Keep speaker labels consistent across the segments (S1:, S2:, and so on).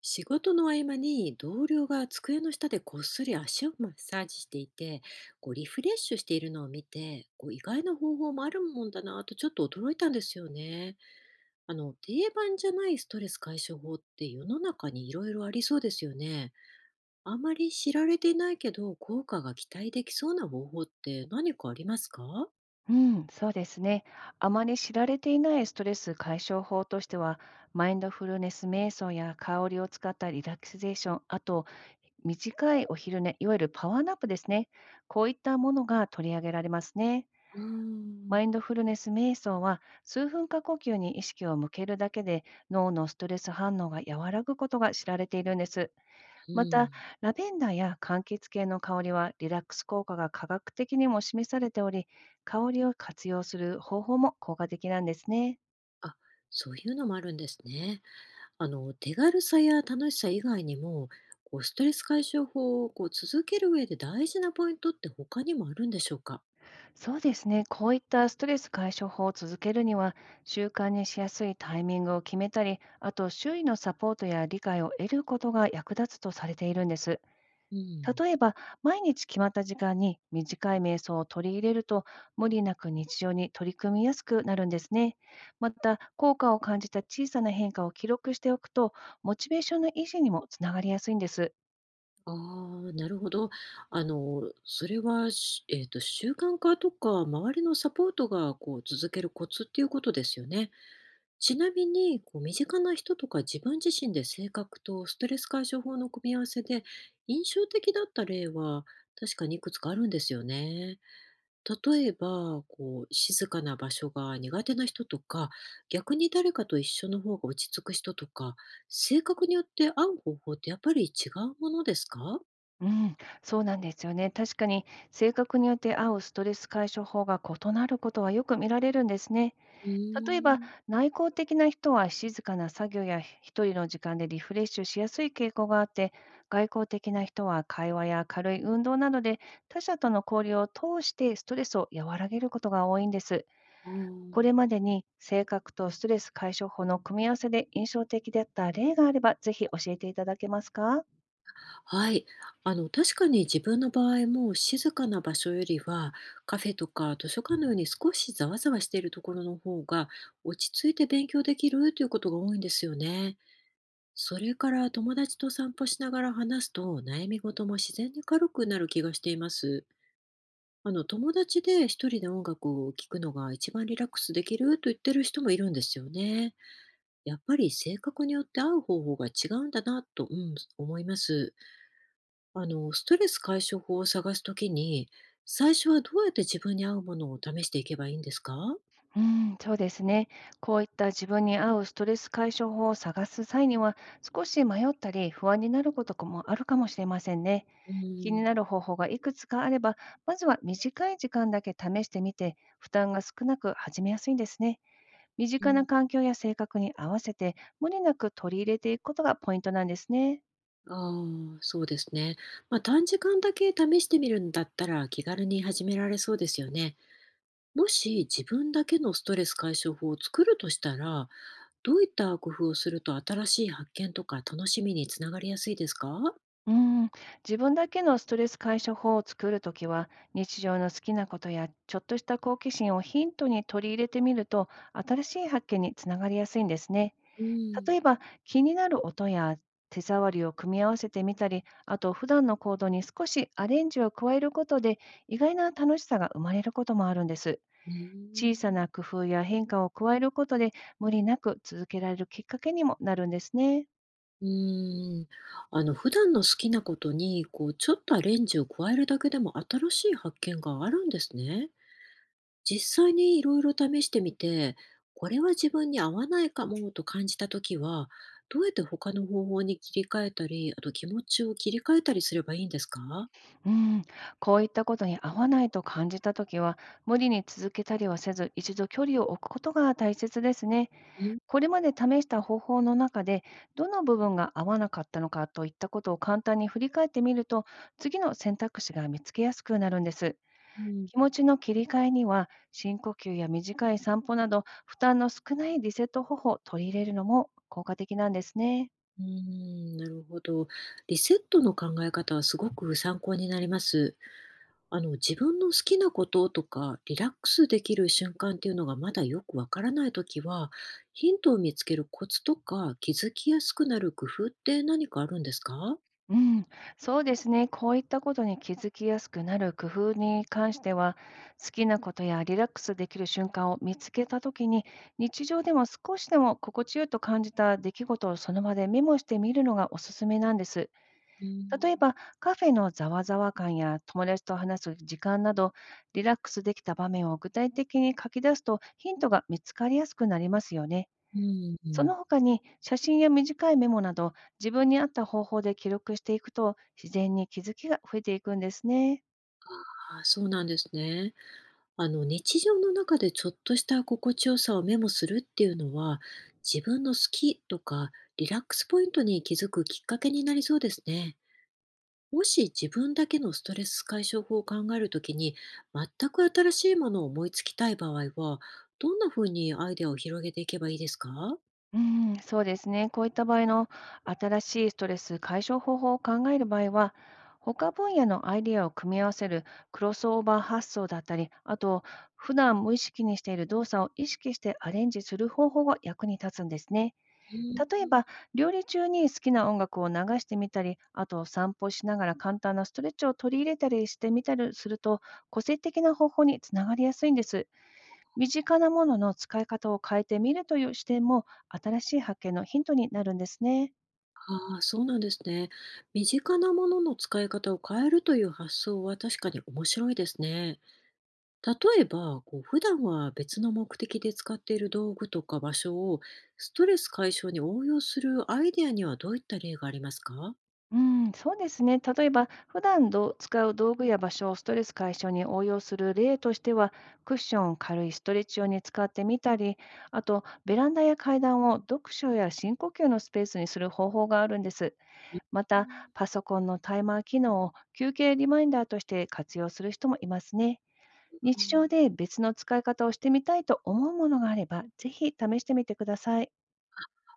S1: 仕事の合間に同僚が机の下でこっそり足をマッサージしていて、こうリフレッシュしているのを見て、こう意外な方法もあるもんだなと、ちょっと驚いたんですよね。あの、定番じゃないストレス解消法って世の中にいろいろありそうですよね。あまり知られていないけど、効果が期待できそうな方法って何かありますか？
S2: うん、そうですね。あまり知られていないストレス解消法としては、マインドフルネス瞑想や香りを使ったリラクゼーション、あと短いお昼寝、いわゆるパワーナップですね。こういったものが取り上げられますね。
S1: うーん。
S2: マインドフルネス瞑想は、数分間呼吸に意識を向けるだけで、脳のストレス反応が和らぐことが知られているんです。
S1: う
S2: また、
S1: ん。
S2: ラベンダーや柑橘系の香りはリラックス効果が科学的にも示されており、香りを活用する方法も効果的なんですね。
S1: あ、そういうのもあるんですね。あの、手軽さや楽しさ以外にも、こうストレス解消法をこう続ける上で大事なポイントって他にもあるんでしょうか。
S2: そうですね、こういったストレス解消法を続けるには、習慣にしやすいタイミングを決めたり、あと周囲のサポートや理解を得ることが役立つとされているんです。
S1: うん。
S2: 例えば、毎日決まった時間に短い瞑想を取り入れると、無理なく日常に取り組みやすくなるんですね。また、効果を感じた小さな変化を記録しておくと、モチベーションの維持にもつながりやすいんです。
S1: ああ、なるほど。あの、それはし、えっと、習慣化とか、周りのサポートがこう続けるコツっていうことですよね。ちなみに、こう身近な人とか自分自身で、性格とストレス解消法の組み合わせで印象的だった例は確かにいくつかあるんですよね。例えば、こう、静かな場所が苦手な人とか、逆に誰かと一緒の方が落ち着く人とか、性格によって合う方法ってやっぱり違うものですか？
S2: うん、そうなんですよね。確かに、性格によって合うストレス解消法が異なることはよく見られるんですね。
S1: う
S2: 例えば、
S1: ーん。
S2: 内向的な人は静かな作業や一人の時間でリフレッシュしやすい傾向があって、外向的な人は会話や軽い運動などで他者との交流を通してストレスを和らげることが多いんです。
S1: あー。
S2: これまでに性格とストレス解消法の組み合わせで印象的だった例があれば、ぜひ教えていただけますか？
S1: はい。あの、確かに自分の場合も、静かな場所よりは、カフェとか図書館のように少しざわざわしているところの方が、落ち着いて勉強できるということが多いんですよね。それから、友達と散歩しながら話すと悩み事も自然に軽くなる気がしています。あの、友達で一人で音楽を聴くのが一番リラックスできると言ってる人もいるんですよね。やっぱり性格によって合う方法が違うんだなと、うん、思います。あのストレス解消法を探すときに、最初はどうやって自分に合うものを試していけばいいんですか？
S2: うん、そうですね。こういった自分に合うストレス解消法を探す際には、少し迷ったり不安になることもあるかもしれませんね。
S1: う
S2: 気にな
S1: ん。
S2: る方法がいくつかあれば、まずは短い時間だけ試してみて、負担が少なく始めやすいんですね。身
S1: う
S2: 近
S1: ん。
S2: な環境や性格に合わせて、無理なく取り入れていくことがポイントなんですね。
S1: ああ、そうですね。まあ、短時間だけ試してみるんだったら気軽に始められそうですよね。もし自分だけのストレス解消法を作るとしたら、どういった工夫をすると新しい発見とか楽しみにつながりやすいですか？
S2: うん、自分だけのストレス解消法を作るときは、日常の好きなことやちょっとした好奇心をヒントに取り入れてみると、新しい発見につながりやすいんですね。
S1: う
S2: 例
S1: ん。
S2: えば、気になる音や手触りを組み合わせてみたり、あと普段の行動に少しアレンジを加えることで、意外な楽しさが生まれることもあるんです。
S1: うー
S2: 小さ
S1: ん。
S2: な工夫や変化を加えることで、無理なく続けられるきっかけにもなるんですね。
S1: うーん。あの、普段の好きなことにこうちょっとアレンジを加えるだけでも新しい発見があるんですね。実際にいろいろ試してみて、これは自分に合わないかもと感じたときは、どうやって他の方法に切り替えたり、あと気持ちを切り替えたりすればいいんですか？
S2: うん、こういったことに合わないと感じたときは、無理に続けたりはせず、一度距離を置くことが大切ですね。
S1: うん。
S2: これまで試した方法の中で、どの部分が合わなかったのかといったことを簡単に振り返ってみると、次の選択肢が見つけやすくなるんです。
S1: うん。
S2: 気持ちの切り替えには、深呼吸や短い散歩など、負担の少ないリセット方法を取り入れるのも効果的なんですね。
S1: うーん、なるほど。リセットの考え方はすごく参考になります。あの、自分の好きなこととか、リラックスできる瞬間っていうのがまだよくわからないときは、ヒントを見つけるコツとか、気づきやすくなる工夫って何かあるんですか？
S2: うん、そうですね。こういったことに気づきやすくなる工夫に関しては、好きなことやリラックスできる瞬間を見つけたときに、日常でも少しでも心地よいと感じた出来事をその場でメモしてみるのがおすすめなんです。
S1: う
S2: 例え
S1: ん。
S2: ば、カフェのざわざわ感や友達と話す時間など、リラックスできた場面を具体的に書き出すとヒントが見つかりやすくなりますよね。
S1: うん、う
S2: そ
S1: ん。
S2: の他に写真や短いメモなど、自分に合った方法で記録していくと、自然に気づきが増えていくんですね。
S1: ああ、そうなんですね。あの、日常の中でちょっとした心地よさをメモするっていうのは、自分の好きとかリラックスポイントに気づくきっかけになりそうですね。もし自分だけのストレス解消法を考えるときに、全く新しいものを思いつきたい場合は、どんな風にアイデアを広げていけばいいですか？
S2: うん、そうですね。こういった場合の新しいストレス解消方法を考える場合は、他分野のアイデアを組み合わせるクロスオーバー発想だったり、あと、普段無意識にしている動作を意識してアレンジする方法が役に立つんですね。
S1: う
S2: 例えば、
S1: ん。
S2: 料理中に好きな音楽を流してみたり、あと散歩しながら簡単なストレッチを取り入れたりしてみたりすると、個性的な方法につながりやすいんです。身近なものの使い方を変えてみるという視点も、新しい発見のヒントになるんですね。
S1: ああ、そうなんですね。身近なものの使い方を変えるという発想は確かに面白いですね。例えば、こう普段は別の目的で使っている道具とか場所をストレス解消に応用するアイデアには、どういった例がありますか？
S2: うん、そうですね。例えば、普段使う道具や場所をストレス解消に応用する例としては、クッションを軽いストレッチ用に使ってみたり、あと、ベランダや階段を読書や深呼吸のスペースにする方法があるんです。ま
S1: う
S2: た、
S1: ん。
S2: パソコンのタイマー機能を休憩リマインダーとして活用する人もいますね。日常で別の使い方をしてみたいと思うものがあれば、ぜひ試してみてください。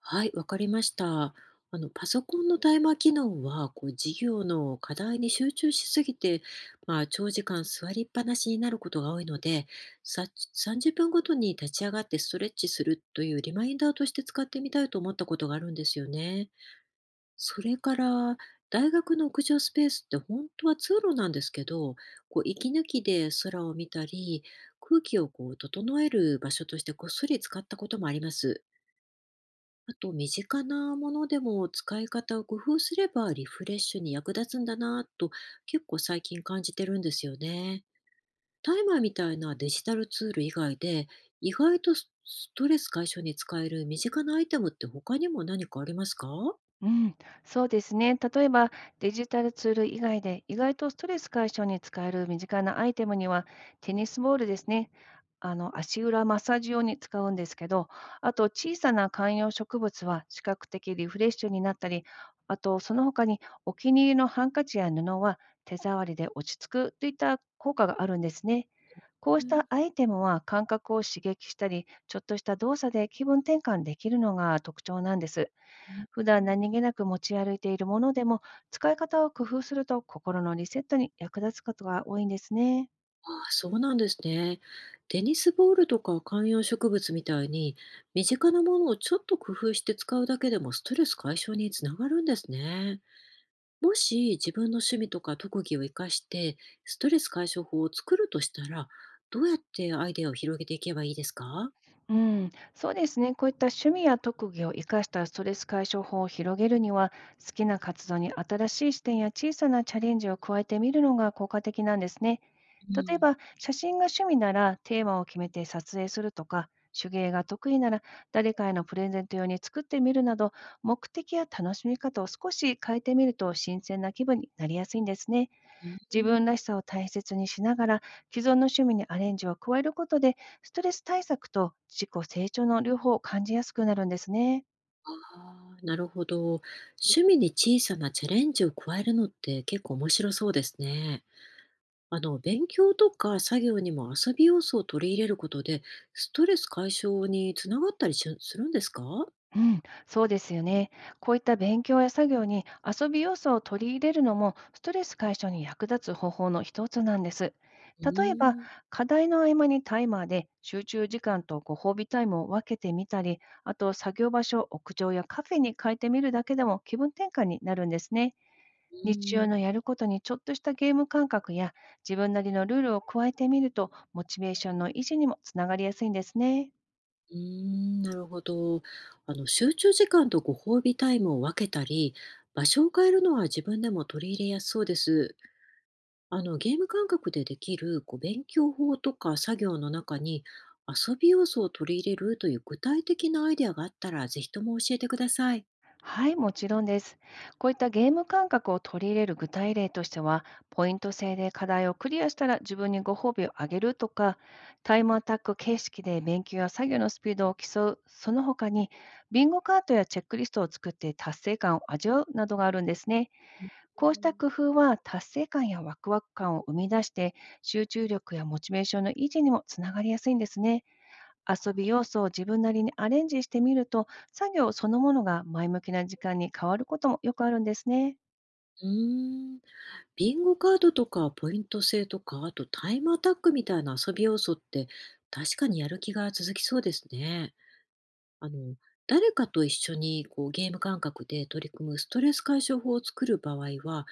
S1: はい、わかりました。あの、パソコンのタイマー機能は、こう、授業の課題に集中しすぎて、まあ、長時間座りっぱなしになることが多いので、さ、30分ごとに立ち上がってストレッチするというリマインダーとして使ってみたいと思ったことがあるんですよね。それから、大学の屋上スペースって本当は通路なんですけど、こう息抜きで空を見たり、空気をこう整える場所としてこっそり使ったこともあります。あと、身近なものでも使い方を工夫すればリフレッシュに役立つんだなぁと、結構最近感じてるんですよね。タイマーみたいなデジタルツール以外で、意外とストレス解消に使える身近なアイテムって他にも何かありますか？
S2: うん、そうですね。例えば、デジタルツール以外で、意外とストレス解消に使える身近なアイテムには、テニスボールですね。あの、足裏マッサージ用に使うんですけど、あと、小さな観葉植物は視覚的リフレッシュになったり、あと、その他にお気に入りのハンカチや布は手触りで落ち着くといった効果があるんですね。こう
S1: う
S2: し
S1: ん。
S2: たアイテムは感覚を刺激したり、ちょっとした動作で気分転換できるのが特徴なんです。
S1: う
S2: 普段何
S1: ん。
S2: 気なく持ち歩いているものでも、使い方を工夫すると心のリセットに役立つことが多いんですね。
S1: ああ、そうなんですね。テニスボールとか観葉植物みたいに、身近なものをちょっと工夫して使うだけでもストレス解消につながるんですね。もし自分の趣味とか特技を活かして、ストレス解消法を作るとしたら、どうやってアイデアを広げていけばいいですか？
S2: うん、そうですね。こういった趣味や特技を生かしたストレス解消法を広げるには、好きな活動に新しい視点や小さなチャレンジを加えてみるのが効果的なんですね。
S1: う
S2: 例え
S1: ん。
S2: ば、写真が趣味ならテーマを決めて撮影するとか、手芸が得意なら誰かへのプレゼント用に作ってみるなど、目的や楽しみ方を少し変えてみると新鮮な気分になりやすいんですね。
S1: う
S2: 自分
S1: ん。
S2: らしさを大切にしながら、既存の趣味にアレンジを加えることで、ストレス対策と自己成長の両方を感じやすくなるんですね。
S1: ああ、なるほど。趣味に小さなチャレンジを加えるのって結構面白そうですね。あの、勉強とか作業にも遊び要素を取り入れることで、ストレス解消につながったりするんですか？
S2: うん、そうですよね。こういった勉強や作業に遊び要素を取り入れるのもストレス解消に役立つ方法の一つなんです。
S1: う
S2: 例えば、
S1: ーん。
S2: 課題の合間にタイマーで集中時間とご褒美タイムを分けてみたり、あと作業場所を屋上やカフェに変えてみるだけでも気分転換になるんですね。
S1: う
S2: 日
S1: ー
S2: 常の
S1: ん。
S2: やることにちょっとしたゲーム感覚や自分なりのルールを加えてみると、モチベーションの維持にもつながりやすいんですね。
S1: うーん、なるほど。あの、集中時間とご褒美タイムを分けたり、場所を変えるのは自分でも取り入れやすそうです。あの、ゲーム感覚でできるこう勉強法とか作業の中に遊び要素を取り入れるという具体的なアイデアがあったら、ぜひとも教えてください。
S2: はい、もちろんです。こういったゲーム感覚を取り入れる具体例としては、ポイント制で課題をクリアしたら自分にご褒美をあげるとか、タイムアタック形式で勉強や作業のスピードを競う、その他に、ビンゴカートやチェックリストを作って達成感を味わうなどがあるんですね。
S1: う
S2: こうした
S1: ん。
S2: 工夫は達成感やワクワク感を生み出して、集中力やモチベーションの維持にもつながりやすいんですね。遊び要素を自分なりにアレンジしてみると、作業そのものが前向きな時間に変わることもよくあるんですね。
S1: うーん。ビンゴカードとかポイント制とか、あとタイムアタックみたいな遊び要素って、確かにやる気が続きそうですね。あの、誰かと一緒にこうゲーム感覚で取り組むストレス解消法を作る場合は、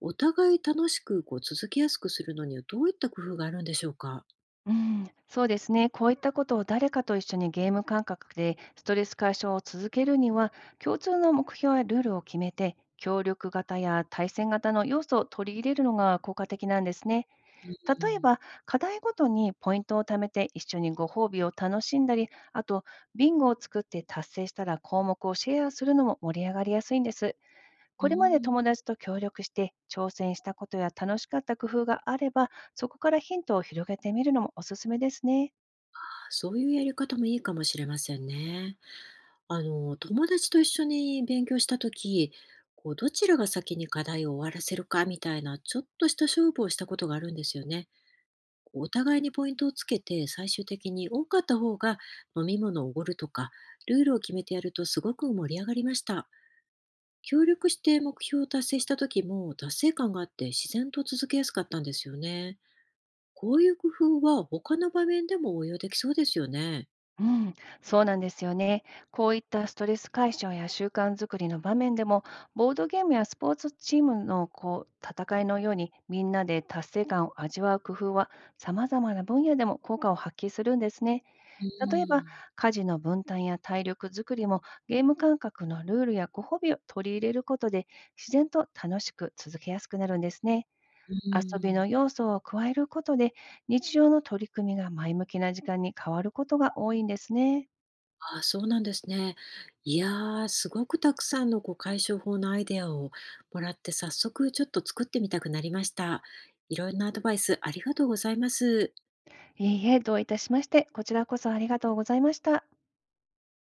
S1: お互い楽しくこう続けやすくするのにはどういった工夫があるんでしょうか。
S2: うん、そうですね。こういったことを誰かと一緒にゲーム感覚でストレス解消を続けるには、共通の目標やルールを決めて、協力型や対戦型の要素を取り入れるのが効果的なんですね。
S1: う
S2: 例え
S1: ん。
S2: ば、課題ごとにポイントを貯めて一緒にご褒美を楽しんだり、あと、ビンゴを作って達成したら項目をシェアするのも盛り上がりやすいんです。
S1: うー
S2: これまで友
S1: ん。
S2: 達と協力して挑戦したことや楽しかった工夫があれば、そこからヒントを広げてみるのもおすすめですね。
S1: あ、そういうやり方もいいかもしれませんね。あの、友達と一緒に勉強したとき、こう、どちらが先に課題を終わらせるかみたいな、ちょっとした勝負をしたことがあるんですよね。こうお互いにポイントをつけて、最終的に多かった方が飲み物をおごるとか、ルールを決めてやるとすごく盛り上がりました。協力して目標を達成した時も達成感があって、自然と続けやすかったんですよね。こういう工夫は他の場面でも応用できそうですよね。
S2: うん、そうなんですよね。こういったストレス解消や習慣づくりの場面でも、ボードゲームやスポーツチームのこう戦いのように、みんなで達成感を味わう工夫は、様々な分野でも効果を発揮するんですね。
S1: う
S2: 例えば、
S1: ん。
S2: 家事の分担や体力づくりも、ゲーム感覚のルールやご褒美を取り入れることで、自然と楽しく続けやすくなるんですね。
S1: う
S2: 遊びの
S1: ん。
S2: 要素を加えることで、日常の取り組みが前向きな時間に変わることが多いんですね。
S1: ああ、そうなんですね。いやー、すごくたくさんのこう解消法のアイデアをもらって、早速ちょっと作ってみたくなりました。いろんなアドバイスありがとうございます。
S2: いいえ、どういたしまして、こちらこそありがとうございました。